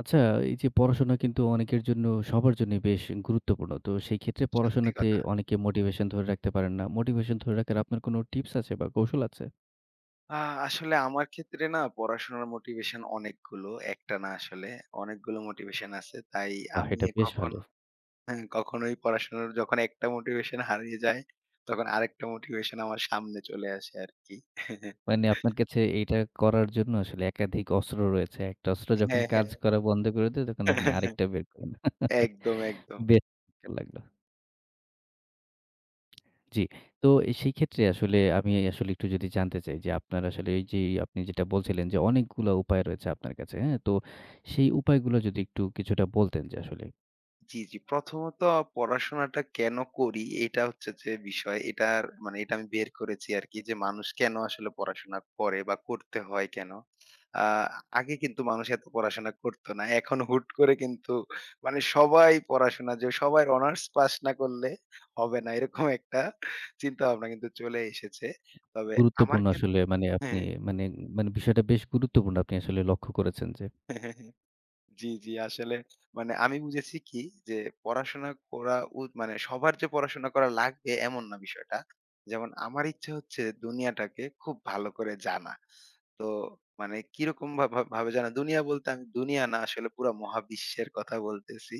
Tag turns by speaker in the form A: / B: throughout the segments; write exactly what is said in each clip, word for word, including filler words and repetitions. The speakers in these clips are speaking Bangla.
A: আচ্ছা, এই যে পড়াশোনা কিন্তু অনেকের জন্য সবার জন্যই বেশ গুরুত্বপূর্ণ। তো সেই ক্ষেত্রে
B: সত্যি
A: পড়াশোনাতে
B: কথা।
A: অনেকে মোটিভেশন ধরে রাখতে পারেন না। মোটিভেশন ধরে রাখার আপনার কোনো টিপস আছে বা কৌশল আছে?
B: আ আসলে আমার ক্ষেত্রে না পড়াশোনার মোটিভেশন অনেকগুলো। একটা না, আসলে অনেকগুলো মোটিভেশন আছে। তাই
A: বাহ!
B: আমি
A: এটা বেশ
B: কখন
A: ভালো।
B: হ্যাঁ, কখনোই পড়াশোনার যখন একটা মোটিভেশন হারিয়ে যায়, তখন আরেকটা মোটিভেশন আমার সামনে চলে আসে আরকি।
A: মানে আপনার কাছে এইটা করার জন্য আসলে একাধিক অস্ত্র রয়েছে। একটা অস্ত্র যখন
B: হ্যাঁ, হ্যাঁ।
A: কাজ করা বন্ধ করে দেয় তখন আপনি আরেকটা বের করেন।
B: একদম, একদম।
A: বেশ চমৎকার লাগলো। জি। তো সেই ক্ষেত্রে আসলে আমি আসলে একটু যদি জানতে চাই যে আপনার আসলে এই যে আপনি যেটা বলছিলেন যে অনেকগুলা উপায় রয়েছে আপনার কাছে, হ্যাঁ? তো সেই উপায়গুলো যদি একটু কিছুটা বলতেন যে আসলে
B: জি, জি। প্রথমত পড়াশোনাটা কেন করি এটা হচ্ছে যে বিষয়। এটার মানে এটা আমি বের করেছি আরকি, যে মানুষ কেন আসলে পড়াশোনা করে বা করতে হয় কেন? আ আগে কিন্তু মানুষ এত পড়াশোনা করত না। এখন হুট করে কিন্তু মানে সবাই পড়াশোনা যে, সবার অনার্স পাস না করলে হবে না, এরকম একটা চিন্তাভাবনা কিন্তু চলে এসেছে। তবে আমার
A: গুরুত্বপূর্ণ
B: ক্ষেত্রে
A: আসলে মানে আপনি
B: হ্যাঁ।
A: মানে, মানে বিষয়টা বেশ গুরুত্বপূর্ণ আপনি আসলে লক্ষ্য করেছেন যে
B: হ্যাঁ, হ্যাঁ, হ্যাঁ। জি, জি। আসলে মানে আমি বুঝেছি কি, যে পড়াশোনা করা উ মানে সবার যে পড়াশোনা করা লাগবে এমন না বিষয়টা। যেমন আমার ইচ্ছা হচ্ছে দুনিয়াটাকে খুব ভালো করে জানা। তো মানে কিরকম ভা ভা ভাবে জানা? দুনিয়া বলতে আমি দুনিয়া না, আসলে পুরা মহাবিশ্বের কথা বলতেছি।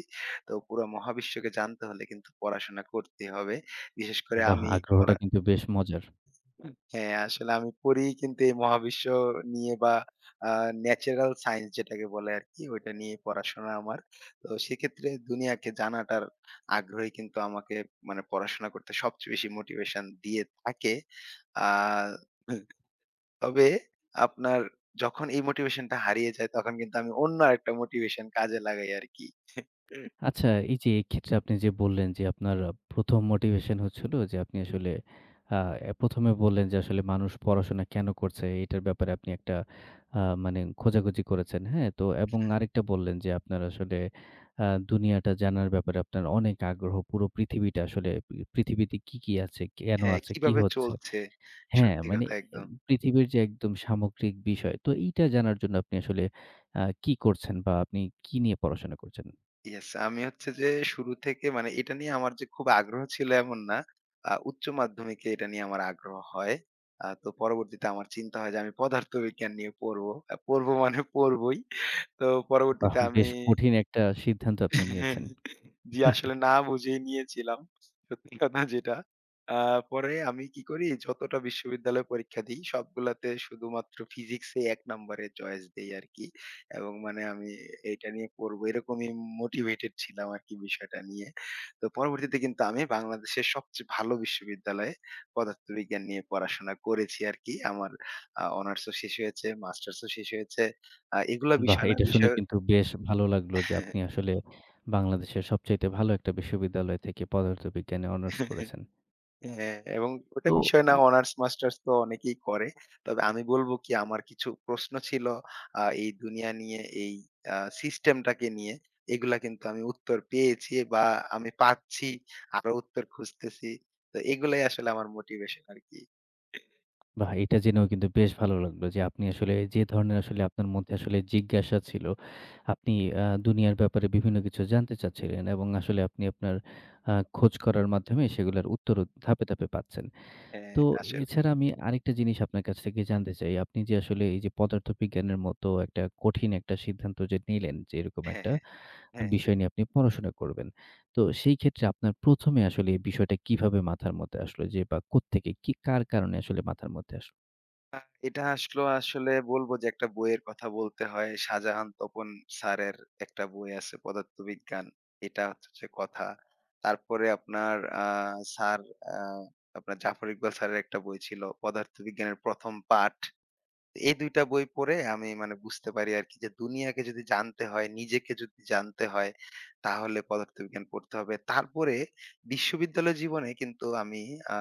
B: তো পুরা মহাবিশ্বকে জানতে হলে কিন্তু পড়াশোনা করতে হবে। বিশেষ করে
A: বাহ!
B: আমি
A: আগ্রহটা
B: পড়া
A: কিন্তু বেশ মজার।
B: হ্যাঁ, আসলে আমি পড়ি কিন্তু এই মহাবিশ্ব নিয়ে, বা আ ন্যাচারাল সায়েন্স যেটাকে বলে আরকি ওইটা নিয়ে পড়াশোনা আমার। তো সেক্ষেত্রে দুনিয়াকে জানাটার আগ্রহই কিন্তু আমাকে মানে পড়াশোনা করতে সবচেয়ে বেশি মোটিভেশন দিয়ে থাকে। আ তবে আপনার যখন এই মোটিভেশনটা হারিয়ে যায় তখন কিন্তু আমি অন্য আরেকটা মোটিভেশন কাজে লাগাই আরকি।
A: আচ্ছা, এই যে এক্ষেত্রে আপনি যে বললেন যে আপনার আ প্রথম মোটিভেশন হচ্ছিল যে আপনি আসলে আ প্রথম এ বললেন যে আসলে মানুষ পড়াশোনা কেন করছে? এটার ব্যাপারে আপনি একটা আ মানে খোঁজাখুঁজি করেছেন, হ্যাঁ? তো এবং আরেকটা বললেন যে আপনার আসলে আ দুনিয়াটা জানার ব্যাপারে আপনার অনেক আগ্রহ। পুরো পৃথিবীটা আসলে পৃ পৃথিবীতে কি, কি আছে? কেন
B: হ্যাঁ,
A: আছে? কি
B: কিভাবে
A: হচ্ছে?
B: চলছে।
A: হ্যাঁ,
B: সত্যি
A: মানে
B: কথা
A: এ
B: একদম।
A: পৃথিবীর যে একদম সামগ্রিক বিষয়। তো এইটা জানার জন্য আপনি আসলে আ কি করছেন বা আপনি কি নিয়ে পড়াশোনা করছেন?
B: ইয়েস, আমি হচ্ছে যে শুরু থেকে মানে এটা নিয়ে আমার যে খুব আগ্রহ ছিল এমন না। আ উচ্চ মাধ্যমিকে এটা নিয়ে আমার আগ্রহ হয়। আ তো পরবর্তীতে আমার চিন্তা হয় যে আমি পদার্থবিজ্ঞান নিয়ে পড়বো। আ পড়বো মানে পড়বোই। তো
A: বাহ!
B: পরবর্তীতে আমি
A: বেশ কঠিন একটা সিদ্ধান্ত আপনি
B: হ্যাঁ,
A: নিয়েছেন।
B: জি, আসলে না বুঝেই নিয়েছিলাম। সত্যি কথা যেটা। আ পরে আমি কি করি, যতটা বিশ্ববিদ্যালয়ে পরীক্ষা দিই সবগুলাতে শুধুমাত্র ফিজিক্সে এক নম্বরে চয়েস দেই আরকি। এবং মানে আমি এটা নিয়ে পড়বো এরকমই মোটিভেটেড ছিলাম আরকি বিষয়টা নিয়ে। তো পরবর্তীতে কিন্তু আমি বাংলাদেশের সবচেয়ে ভালো বিশ্ববিদ্যালয়ে পদার্থবিজ্ঞান নিয়ে পড়াশোনা করেছি আরকি। আমার আ অনার্সও শেষ হয়েছে, মাস্টার্সও শেষ হয়েছে। আ এগুলা
A: বাহ!
B: বিষয় না,
A: এটা শুনে
B: বিষয়
A: কিন্তু বেশ ভালো লাগলো যে আপনি আসলে বাংলাদেশের সবচাইতে ভালো একটা বিশ্ববিদ্যালয় থেকে পদার্থবিজ্ঞানে অনার্স করেছেন।
B: হ্যাঁ, এবং ওটা
A: তো
B: বিষয় না,
A: এ
B: অনার্স মাস্টার্স তো অনেকেই করে। তবে আমি বলব কি, আমার কিছু প্রশ্ন ছিল আ এই দুনিয়া নিয়ে, এই আ সিস্টেমটাকে নিয়ে। এগুলা কিন্তু আমি উত্তর পেয়েছি, বা আমি পাচ্ছি, আরো উত্তর খুঁজতেছি। তো এগুলাই আসলে আমার মোটিভেশন আরকি।
A: বাহ! এটা জেনেও কিন্তু বেশ ভালো লাগলো যে আপনি আসলে যে ধরনের আসলে আপনার মধ্যে আসলে জিজ্ঞাসা ছিল, আপনি আ দুনিয়ার ব্যাপারে বিভিন্ন কিছু জানতে চাচ্ছিলেন এবং আসলে আপনি আপনার আ খোঁজ করার মাধ্যমে সেগুলার উত্তরও ধাপে, ধাপে পাচ্ছেন।
B: হ্যাঁ,
A: তো
B: আসলেই।
A: এছাড়া আমি আরেকটা জিনিস আপনার কাছ থেকে জানতে চাই। আপনি যে আসলে এই যে পদার্থবিজ্ঞানের মতো একটা কঠিন একটা সিদ্ধান্ত যে নিলেন যে এরকম
B: হ্যাঁ,
A: একটা
B: হ্যাঁ,
A: আ
B: হ্যাঁ।
A: বিষয় নিয়ে আপনি পড়াশোনা করবেন। তো সেই ক্ষেত্রে আপনার প্রথম এ আসলে এই বিষয়টা কিভাবে মাথার মধ্যে আসলো যে বা কোত্থেকে কি কার কারণে আসলে মাথার মধ্যে আসলো?
B: আ এটা আসলো, আসলে বলবো যে একটা বইয়ের কথা বলতে হয়। শাহজাহান তপন স্যারের একটা বই আছে, পদার্থবিজ্ঞান। এটা হচ্ছে কথা। তারপরে আপনার আ স্যার আ আপনার জাফর ইকবাল স্যারের একটা বই ছিল, পদার্থবিজ্ঞানের ১ম পাঠ। এই দুই টা বই পড়ে আমি মানে বুঝতে পারি আরকি যে দুনিয়াকে যদি জানতে হয়, নিজেকে যদি জানতে হয়, তাহলে পদার্থবিজ্ঞান পড়তে হবে। তারপরে বিশ্ববিদ্যালয় জীবনে কিন্তু আমি আ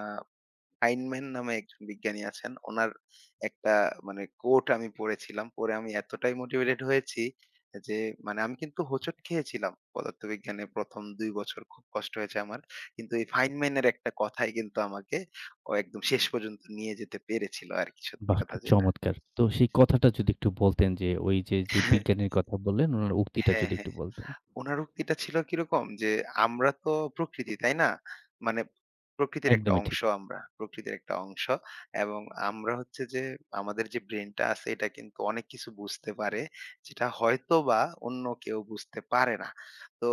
B: ফাইনম্যান নামে একজন বিজ্ঞানী আছেন। ওনার একটা মানে কোট আমি পড়েছিলাম। পড়ে আমি এতটাই মোটিভেটেড হয়েছি যে মানে আমি কিন্তু হোঁচট খেয়েছিলাম। পদার্থবিজ্ঞানে ১ম দুই বছর খুব কষ্ট হয়েছে আমার। কিন্তু এই ফাইনম্যানের একটা কথাই কিন্তু আমাকে ও একদম শেষ পর্যন্ত নিয়ে যেতে পেরেছিল আরকি, সত্যি
A: বাহ!
B: কথা
A: কি
B: যেটা।
A: চমৎকার। তো সেই কথাটা যদি একটু বলতেন যে ওই যে, যে বিজ্ঞানীর কথা বললেন উনার উক্তিটা
B: হ্যাঁ,
A: যদি
B: হ্যাঁ।
A: একটু বলতেন।
B: উনার উক্তিটা ছিল কিরকম যে, আমরা তো প্রকৃতি, তাই না? মানে প্রকৃতির একটা
A: একদমই
B: অংশ
A: ঠিক।
B: আমরা। প্রকৃতির একটা অংশ, এবং আমরা হচ্ছে যে আমাদের যে ব্রেইনটা আছে এটা কিন্তু অনেক কিছু বুঝতে পারে, যেটা হয়তোবা অন্য কেউ বুঝতে পারে না। তো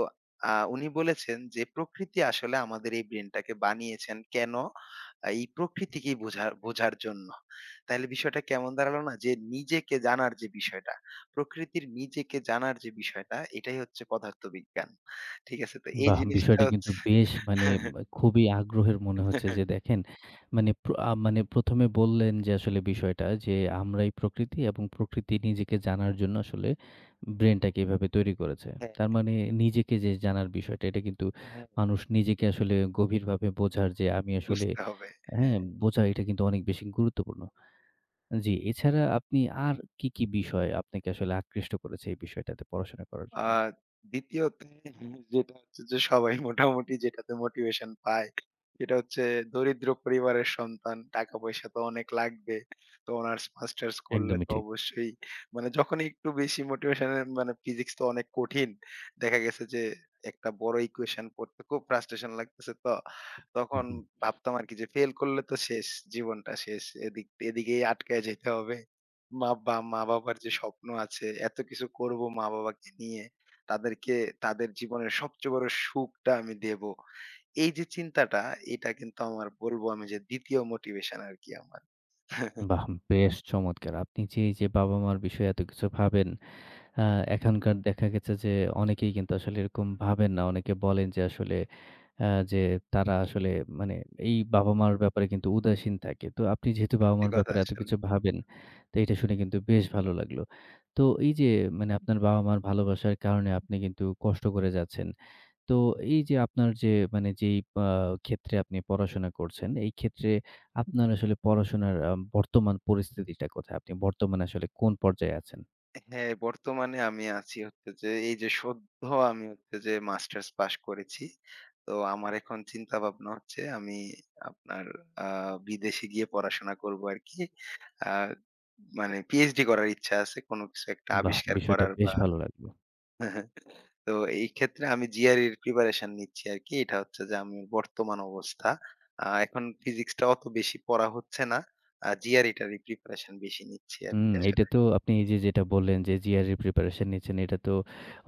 B: আ উনি বলেছেন যে, "প্রকৃতি আসলে আমাদের এই ব্রেইনটাকে বানিয়েছেন কেন? এই প্রকৃতিকেই বোঝা বোঝার জন্য।" তাইলে বিষয়টা কেমন দাঁড়ালো না? যে নিজেকে জানার যে বিষয়টা, প্রকৃতির নিজেকে জানার যে বিষয়টা, এটাই হচ্ছে পদার্থবিজ্ঞান। ঠিক আছে? তো এই
A: বাহ!
B: জিনিসটা
A: বিষয়টা কিন্তু
B: হচ্ছে
A: বেশ মানে উম, খুবই আগ্রহের মনে হচ্ছে যে দেখেন, মানে প্র আ মানে প্রথম এ বললেন যে আসলে বিষয়টা যে আমরাই প্রকৃতি এবং প্রকৃতি নিজেকে জানার জন্য আসলে ব্রেইনটাকে এভাবে তৈরি করেছে।
B: হ্যাঁ,
A: তার মানে নিজেকে যে জানার বিষয়টা এটা কিন্তু
B: হ্যাঁ,
A: মানুষ নিজেকে আসলে গভীরভাবে বোঝার যে আমি আসলে
B: বুঝতে হবে।
A: হ্যাঁ,
B: হ্যাঁ।
A: বোঝা এটা কিন্তু অনেক বেশি গুরুত্বপূর্ণ। জি, এছাড়া আপনি আর কি, কি বিষয় আপনাকে আসলে আকৃষ্ট করেছে এই বিষয়টাতে পড়াশোনা করার
B: আ
A: জন্য?
B: দ্বিতীয়তে যেটা হচ্ছে যে, সবাই মোটামুটি যেটাতে মোটিভেশন পায়, সেটা হচ্ছে দরিদ্র পরিবারের সন্তান। টাকা পয়সা তো অনেক লাগবে। তো অনার্স মাস্টার্স করলে
A: একদমই
B: তো
A: ঠিক।
B: অবশ্যই মানে যখনই একটু বেশি মোটিভেশন এর মানে, ফিজিক্স তো অনেক কঠিন। দেখা গেছে যে একটা বড় ইকুয়েশন পড়তে খুব ফ্রাস্ট্রেশন লাগতেছে তো।
A: হু,
B: তখন
A: হু।
B: ভাবতাম আরকি যে ফেল করলে তো শেষ, জীবনটা শেষ। এদিক এদিকেই আটকায় যেতে হবে। মা বা মা-বাবার যে স্বপ্ন আছে, এত কিছু করব মা-বাবাকে নিয়ে। তাদেরকে, তাদের জীবনের সবচেয়ে বড় সুখটা আমি দেব। এই যে চিন্তাটা, এটা কিন্তু আমার বলব আমি যে ২য় মোটিভেশন আরকি আমার।
A: বাহ! বেশ চমৎকার! আপনি যে এই যে বাবা-মার বিষয়ে এত কিছু ভাবেন, আ এখনকার দেখা গেছে যে অনেকেই কিন্তু আসলে এরকম ভাবেন না। অনেকে বলেন যে আসলে আ যে তারা আসলে মানে এই বাবা-মার ব্যাপারে কিন্তু উদাসীন থাকে। তো আপনি যেহেতু
B: সত্যি
A: বাবা-মার
B: কথা
A: ব্যাপারে এত
B: আসলে।
A: কিছু ভাবেন, তো এটা শুনে কিন্তু বেশ ভালো লাগলো। তো এই যে মানে আপনার বাবা-মার ভালোবাসার কারণে আপনি কিন্তু কষ্ট করে যাচ্ছেন। তো এই যে আপনার যে মানে যেই আ ক্ষেত্রে আপনি পড়াশোনা করছেন, এই ক্ষেত্রে আপনার আসলে পড়াশোনার আ বর্তমান পরিস্থিতিটা কোথায়? আপনি বর্তমানে আসলে কোন পর্যায়ে আছেন?
B: হ্যাঁ, বর্তমানে আমি আছি হচ্ছে যে এই যে সদ্য আমি হচ্ছে যে মাস্টার্স পাশ করেছি। তো আমার এখন চিন্তা ভাবনা হচ্ছে আমি আপনার আ বিদেশে গিয়ে পড়াশোনা করব আরকি। আ মানে পিএইচডি করার ইচ্ছা আছে। কোন কিছু একটা
A: বাহ!
B: আবিষ্কার
A: বিষয়টা
B: করার
A: বেশ
B: বা
A: ভালো লাগলো।
B: তো এই ক্ষেত্রে আমি জিআরইর প্রিপারেশন নিচ্ছি আরকি। এটা হচ্ছে যে আমি বর্তমান অবস্থা। আ এখন ফিজিক্সটা অত বেশি পড়া হচ্ছে না। আ জিআরইটারই প্রিপারেশন বেশি নিচ্ছি
A: হুম,
B: আরকি
A: এইটা
B: আসলে।
A: তো আপনি এই যে যেটা বললেন যে জিআরই প্রিপারেশন নিচ্ছেন, এটা তো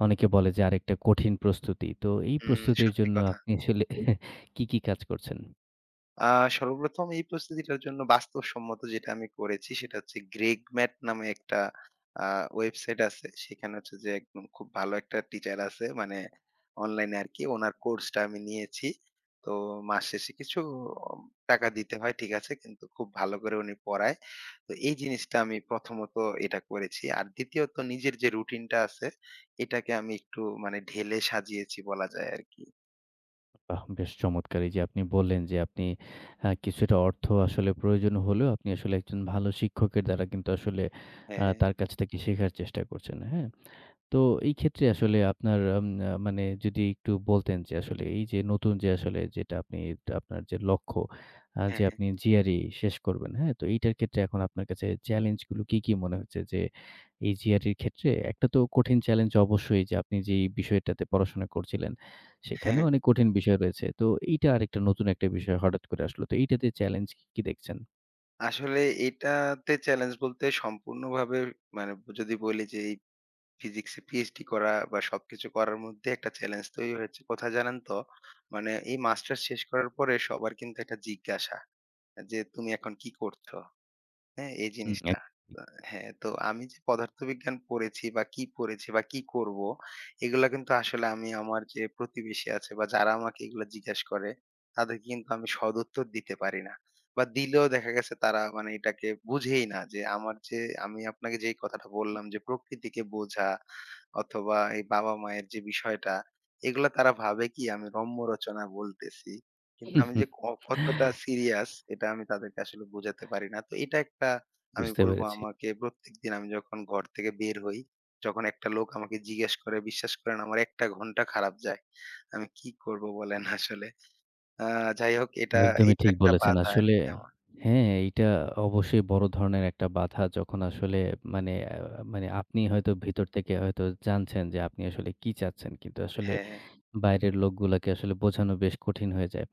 A: অনেকে বলে যে আরেকটা কঠিন প্রস্তুতি। তো এই
B: হুম,
A: প্রস্তুতির
B: সত্যি
A: জন্য
B: কথা।
A: আপনি আসলে কি, কি কাজ করছেন?
B: আ সর্বপ্রথম এই প্রস্তুতিটার জন্য বাস্তবসম্মত যেটা আমি করেছি সেটা হচ্ছে গ্রেগ ম্যাট নামে একটা আ ওয়েবসাইট আছে। সেখানে হচ্ছে যে একদম খুব ভালো একটা টিচার আছে, মানে অনলাইনে আরকি, ওনার কোর্সটা আমি নিয়েছি। তো মাস শেষে কিছু অম টাকা দিতে হয়, ঠিক আছে। কিন্তু খুব ভালো করে উনি পড়ায়। তো এই জিনিসটা আমি প্রথমত এটা করেছি। আর দ্বিতীয়ত নিজের যে রুটিনটা আছে এটাকে আমি একটু মানে ঢেলে সাজিয়েছি বলা যায় আরকি।
A: বাহ! বেশ চমৎকার! এই যে আপনি বললেন যে আপনি আ কিছুটা অর্থ আসলে প্রয়োজন হলেও আপনি আসলে একজন ভালো শিক্ষকের দ্বারা কিন্তু আসলে আ
B: হ্যাঁ,
A: তার কাছ থেকে শেখার চেষ্টা করছেন। হ্যাঁ? তো এই ক্ষেত্রে আসলে আপনার আম আ মানে যদি একটু বলতেন যে আসলে এই যে নতুন যে আসলে যেটা আপনি আপনার যে লক্ষ্য আ যে
B: হ্যাঁ,
A: আপনি জি আর ই শেষ করবেন, হ্যাঁ? তো এইটার ক্ষেত্রে এখন আপনার কাছে চ্যালেঞ্জ গুলো কি, কি মনে হচ্ছে? যে এই জি আর ই র ক্ষেত্রে একটা তো কঠিন চ্যালেঞ্জ অবশ্যই যে আপনি যেই বিষয়টাতে পড়াশোনা করছিলেন, সেখানেও
B: হ্যাঁ।
A: অনেক কঠিন বিষয় রয়েছে। তো এইটা আরেকটা নতুন একটা বিষয় হঠাৎ করে আসলো। তো এইটাতে চ্যালেঞ্জ কি কি দেখছেন?
B: আসলে এটাতে চ্যালেঞ্জ বলতে সম্পূর্ণভাবে মানে, যদি বলি যে এই ফিজিক্সে পিএইচডি করা বা সবকিছু করার মধ্যে একটা চ্যালেঞ্জ তৈরি হয়েছে কোথায় জানেন তো? মানে এই মাস্টার্স শেষ করার পরে সবার কিন্তু একটা জিজ্ঞাসা, যে, "তুমি এখন কি করছো?" হ্যাঁ, এই
A: হুম। এক
B: জিনিসটা। আ হ্যাঁ, তো আমি যে পদার্থবিজ্ঞান পড়েছি বা কি পড়েছি বা কি করব, এগুলা কিন্তু আসলে আমি আমার যে প্রতিবেশী আছে বা যারা আমাকে এগুলা জিজ্ঞাসা করে, তাদেরকে কিন্তু আমি সদুত্তর দিতে পারি না। বা দিলেও দেখা গেছে তারা মানে এটাকে বুঝেই না যে আমার যে, আমি আপনাকে যেই কথাটা বললাম যে প্রকৃতিকে বোঝা অথবা এই বাবা-মায়ের যে বিষয়টা, এগুলা তারা ভাবে কি আমি রম্য রচনা বলতেছি। কিন্তু আমি যে ক কতটা সিরিয়াস, এটা আমি তাদেরকে আসলে বোঝাতে পারি না। তো এটা একটা, আমি
A: বুঝতে
B: বলব
A: পেরেছি।
B: আমাকে প্রত্যেকদিন আমি যখন ঘর থেকে বের হই, যখন একটা লোক আমাকে জিজ্ঞেস করে, বিশ্বাস করেন আমার এক টা ঘন্টা খারাপ যায়। আমি কি করব বলেন আসলে। আ যাই হোক এটা,
A: একদমই
B: এটা
A: ঠিক
B: একটা
A: বলেছেন।
B: বাধা
A: আসলে
B: আরকি আমার।
A: হ্যাঁ, এইটা অবশ্যই বড় ধরনের একটা বাধা যখন আসলে মানে আ মানে আপনি হয়তো ভিতর থেকে হয়তো জানছেন যে আপনি আসলে কি চাচ্ছেন। কিন্তু আসলে
B: হ্যাঁ,
A: বাইরের লোকগুলাকে আসলে বোঝানো বেশ কঠিন হয়ে যায়।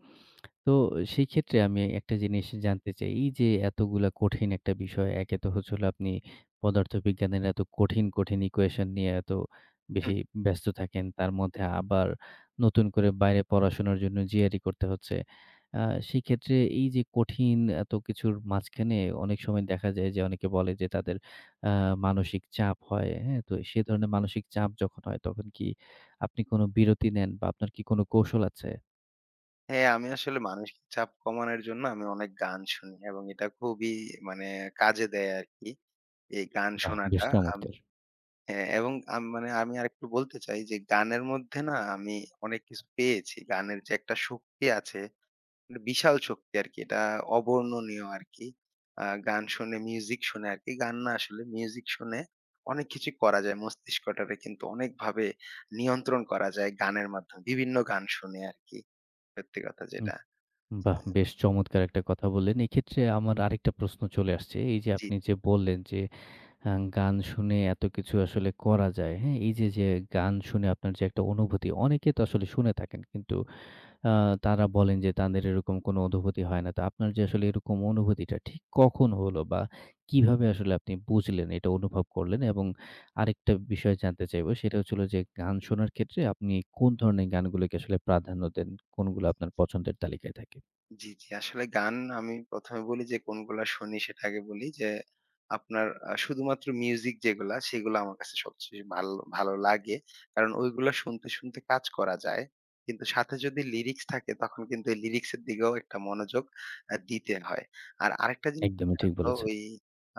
A: তো সেই ক্ষেত্রে আমি একটা জিনিস জানতে চাই। এই যে এতগুলা কঠিন একটা বিষয়, একে তো হচ্ছে হলো আপনি পদার্থবিজ্ঞানের এত কঠিন, কঠিন ইকুয়েশন নিয়ে এত বেশি
B: হুম।
A: ব্যস্ত থাকেন। তার মধ্যে আবার নতুন করে বাইরে পড়াশোনার জন্য জিআরই করতে হচ্ছে। আ সেই ক্ষেত্রে এই যে কঠিন এত কিছুর মাঝখানে অনেক সময় দেখা যায় যে অনেকে বলে যে তাদের আ মানসিক চাপ হয়, হ্যাঁ? তো সে ধরনের মানসিক চাপ যখন হয় তখন কি আপনি কোনো বিরতি নেন বা আপনার কি কোনো কৌশল আছে?
B: হ্যাঁ, আমি আসলে মানসিক চাপ কমানোর জন্য আমি অনেক গান শুনি, এবং এটা খুবই মানে কাজে দেয় আরকি। এই গান
A: বাহ! বেশ
B: শোনাটা আমি
A: চমৎকার।
B: হ্যাঁ, এবং আম মানে আমি আরেকটু বলতে চাই যে গানের মধ্যে না আমি অনেক কিছু পেয়েছি। গানের যে একটা শক্তি আছে, একটা বিশাল শক্তি আরকি। এটা অবর্ণনীয় আরকি। আ গান শুনে, মিউজিক শুনে আরকি। গান না আসলে মিউজিক শুনে অনেক কিছুই করা যায়। মস্তিষ্কটারে কিন্তু অনেকভাবে নিয়ন্ত্রণ করা যায় গানের মাধ্যমে। বিভিন্ন গান শুনে আরকি। সত্যি কথা যেটা।
A: বাহ! বেশ চমৎকার একটা কথা বললেন। এক্ষেত্রে আমার আরেকটা প্রশ্ন চলে আসছে। এই যে
B: জি।
A: আপনি যে বললেন যে আ গান শুনে এত কিছু আসলে করা যায়, হ্যাঁ? এই যে, যে গান শুনে আপনার যে একটা অনুভূতি, অনেকে তো আসলে শুনে থাকেন। কিন্তু আ তারা বলেন যে তাদের এরকম কোনো অনুভূতি হয় না। তো আপনার যে আসলে এরকম অনুভূতিটা ঠিক কখন হলো বা কিভাবে আসলে আপনি বুঝলেন, এটা অনুভব করলেন? এবং আরেকটা বিষয় জানতে চাইবো সেটা হচ্ছিল যে গান শোনার ক্ষেত্রে আপনি কোন ধরনের গানগুলোকে আসলে প্রাধান্য দেন? কোনগুলো আপনার পছন্দের তালিকায় থাকে?
B: জি, জি। আসলে গান আমি ১ম এ বলি যে কোনগুলা শুনি সেটা আগে বলি যে, আপনার আ শুধুমাত্র মিউজিক যেগুলা সেগুলা আমার কাছে সবচেয়ে ভালো ভালো লাগে। কারণ ওইগুলা শুনতে, শুনতে কাজ করা যায়। কিন্তু সাথে যদি লিরিক্স থাকে তখন কিন্তু এই লিরিক্স এর দিকেও একটা মনোযোগ আ দিতে হয়। আর আরেকটা জিনিস
A: একদমই ঠিক
B: জানেন তো,
A: বলেছেন।
B: ওই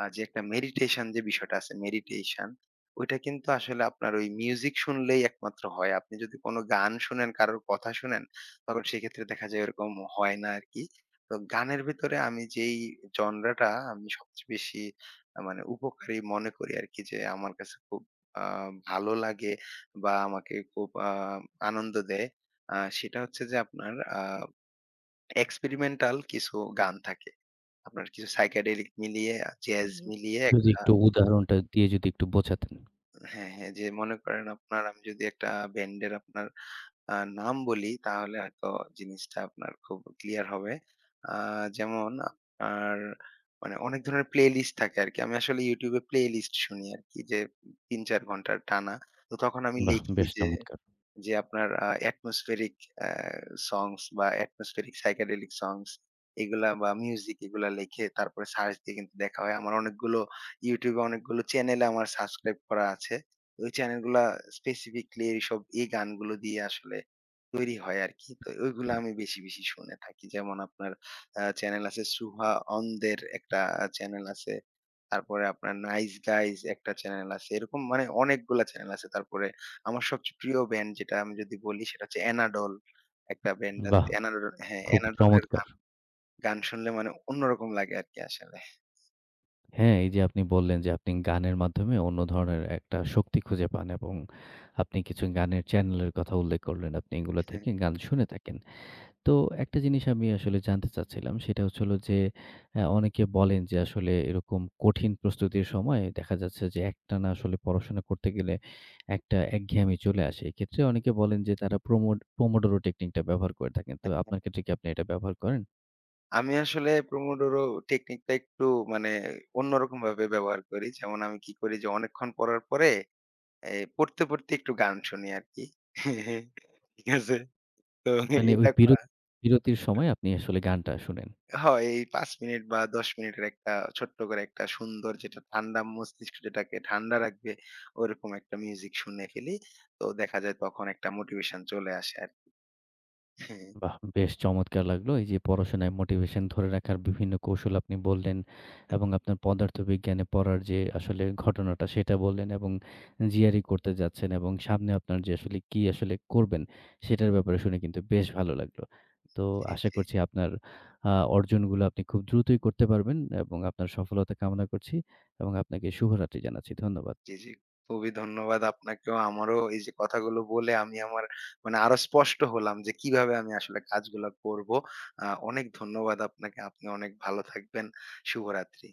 B: আ যে একটা মেডিটেশন যে বিষয়টা আছে, মেডিটেশন ওইটা কিন্তু আসলে আপনার ওই মিউজিক শুনলেই একমাত্র হয়। আপনি যদি কোন গান শুনেন, কারোর কথা শুনেন তখন সেক্ষেত্রে দেখা যায় ওরকম হয় না আরকি। তো গানের ভেতরে আমি যেই জনরাটা আমি সবচেয়ে বেশি আ মানে উপকারী মনে করি আরকি, যে আমার কাছে খুব আ ভালো লাগে বা আমাকে খুব আ আনন্দ দেয়। আ সেটা হচ্ছে যে আপনার আ experimental কিছু গান থাকে। আপনার কিছু psychedelic মিলিয়ে, জ্যাজ
A: জি।
B: মিলিয়ে
A: যদি
B: একটা
A: একটু উদাহরণটা দিয়ে যদি একটু বোঝাতেন।
B: হ্যাঁ, হ্যাঁ, যে মনে করেন আপনার, আমি যদি একটা ব্যান্ডের আপনার আ নাম বলি তাহলে হয়তো জিনিসটা আপনার খুব ক্লিয়ার হবে। আ যেমন আপনার মানে অনেক ধরনের প্লেলিস্ট থাকে আরকি। আমি আসলে YouTube এ প্লেলিস্ট শুনি আরকি, যে তিন চার ঘন্টার টানা। তো তখন আমি
A: বাহ!
B: লিখি
A: বেশ
B: যে
A: চমৎকার।
B: যে আপনার আ atmospheric অ্যা songs বা atmospheric psychedelic songs, এগুলা বা মিউজিক, এগুলা লিখে তারপরে সার্চ দিয়ে কিন্তু দেখা হয়। আমার অনেকগুলো YouTube এ অনেকগুলো চ্যানেলে আমার সাবস্ক্রাইব করা আছে। ওই চ্যানেলগুলা স্পেসিফিকলি এইসব এই গানগুলো দিয়ে আসলে তৈরি হয় আরকি। তো ওইগুলা আমি বেশি, বেশি শুনে থাকি। যেমন আপনার আ চ্যানেল আছে সুহা অন্দের একটা চ্যানেল আছে। তারপরে আপনার নাইস গাইজ একটা চ্যানেল আছে। এরকম মানে অনেকগুলা চ্যানেল আছে। তারপরে আমার সবচেয়ে প্রিয় ব্যান্ড যেটা আমি যদি বলি সেটা হচ্ছে এনাডল। একটা ব্যান্ড
A: বাহ!
B: আছে এনাডল, হ্যাঁ,
A: খুব
B: এনাডলের
A: চমৎকার।
B: গান, গান শুনলে মানে অন্যরকম লাগে আরকি আসলে।
A: হ্যাঁ, এই যে আপনি বললেন যে আপনি গানের মাধ্যমে অন্য ধরনের একটা শক্তি খুঁজে পান এবং আপনি কিছু গানের চ্যানেলের কথা উল্লেখ করলেন। আপনি এগুলো থেকে গান শুনে থাকেন। তো একটা জিনিস আমি আসলে জানতে চাচ্ছিলাম সেটা হচ্ছে হলো যে, অ্যা অনেকে বলেন যে আসলে এরকম কঠিন প্রস্তুতির সময় দেখা যাচ্ছে যে একটানা আসলে পড়াশোনা করতে গেলে একটা একঘেয়েমি চলে আসে। এক্ষেত্রে অনেকে বলেন যে তারা প্রমোড পোমোডোরো টেকনিকটা ব্যবহার করে থাকেন। তো আপনার ক্ষেত্রে কি আপনি এটা ব্যবহার করেন?
B: আমি আসলে প্রোমোডোরো টেকনিকটা একটু মানে অন্যরকম ভাবে ব্যবহার করি। যেমন আমি কি করি যে অনেকক্ষণ পড়ার পরে এ পড়তে, পড়তে একটু গান শুনি আরকি। ঠিক আছে? তো
A: মানে ওই
B: এটা করা
A: বিরতি বিরতির সময় আপনি আসলে গানটা শোনেন?
B: হয়, এই পাঁচ মিনিট বা দশ মিনিটের একটা ছোট্ট করে একটা সুন্দর, যেটা ঠান্ডা মস্তিষ্ক যেটাকে ঠান্ডা রাখবে, ওরকম একটা মিউজিক শুনে ফেলি। তো দেখা যায় তখন একটা মোটিভেশন চলে আসে আরকি। হ্যাঁ,
A: বাহ! বেশ চমৎকার লাগলো। এই যে পড়াশোনায় মোটিভেশন ধরে রাখার বিভিন্ন কৌশল আপনি বললেন এবং আপনার পদার্থবিজ্ঞানে পড়ার যে আসলে ঘটনাটা সেটা বললেন এবং জিআরই করতে যাচ্ছেন এবং সামনে আপনার যে আসলে কি আসলে করবেন সেটার ব্যাপারে শুনে কিন্তু বেশ ভালো লাগলো। তো
B: জি,
A: আশা
B: জি,
A: করছি আপনার আ অর্জনগুলো আপনি খুব দ্রুতই করতে পারবেন এবং আপনার সফলতা কামনা করছি এবং আপনাকে শুভরাত্রি জানাচ্ছি। ধন্যবাদ।
B: জি, জি। খুবই ধন্যবাদ আপনাকেও। আমারও এই যে কথাগুলো বলে আমি আমার মানে আরো স্পষ্ট হলাম যে কিভাবে আমি আসলে কাজগুলা করব। আ অনেক ধন্যবাদ আপনাকে। আপনি অনেক ভালো থাকবেন। শুভরাত্রি।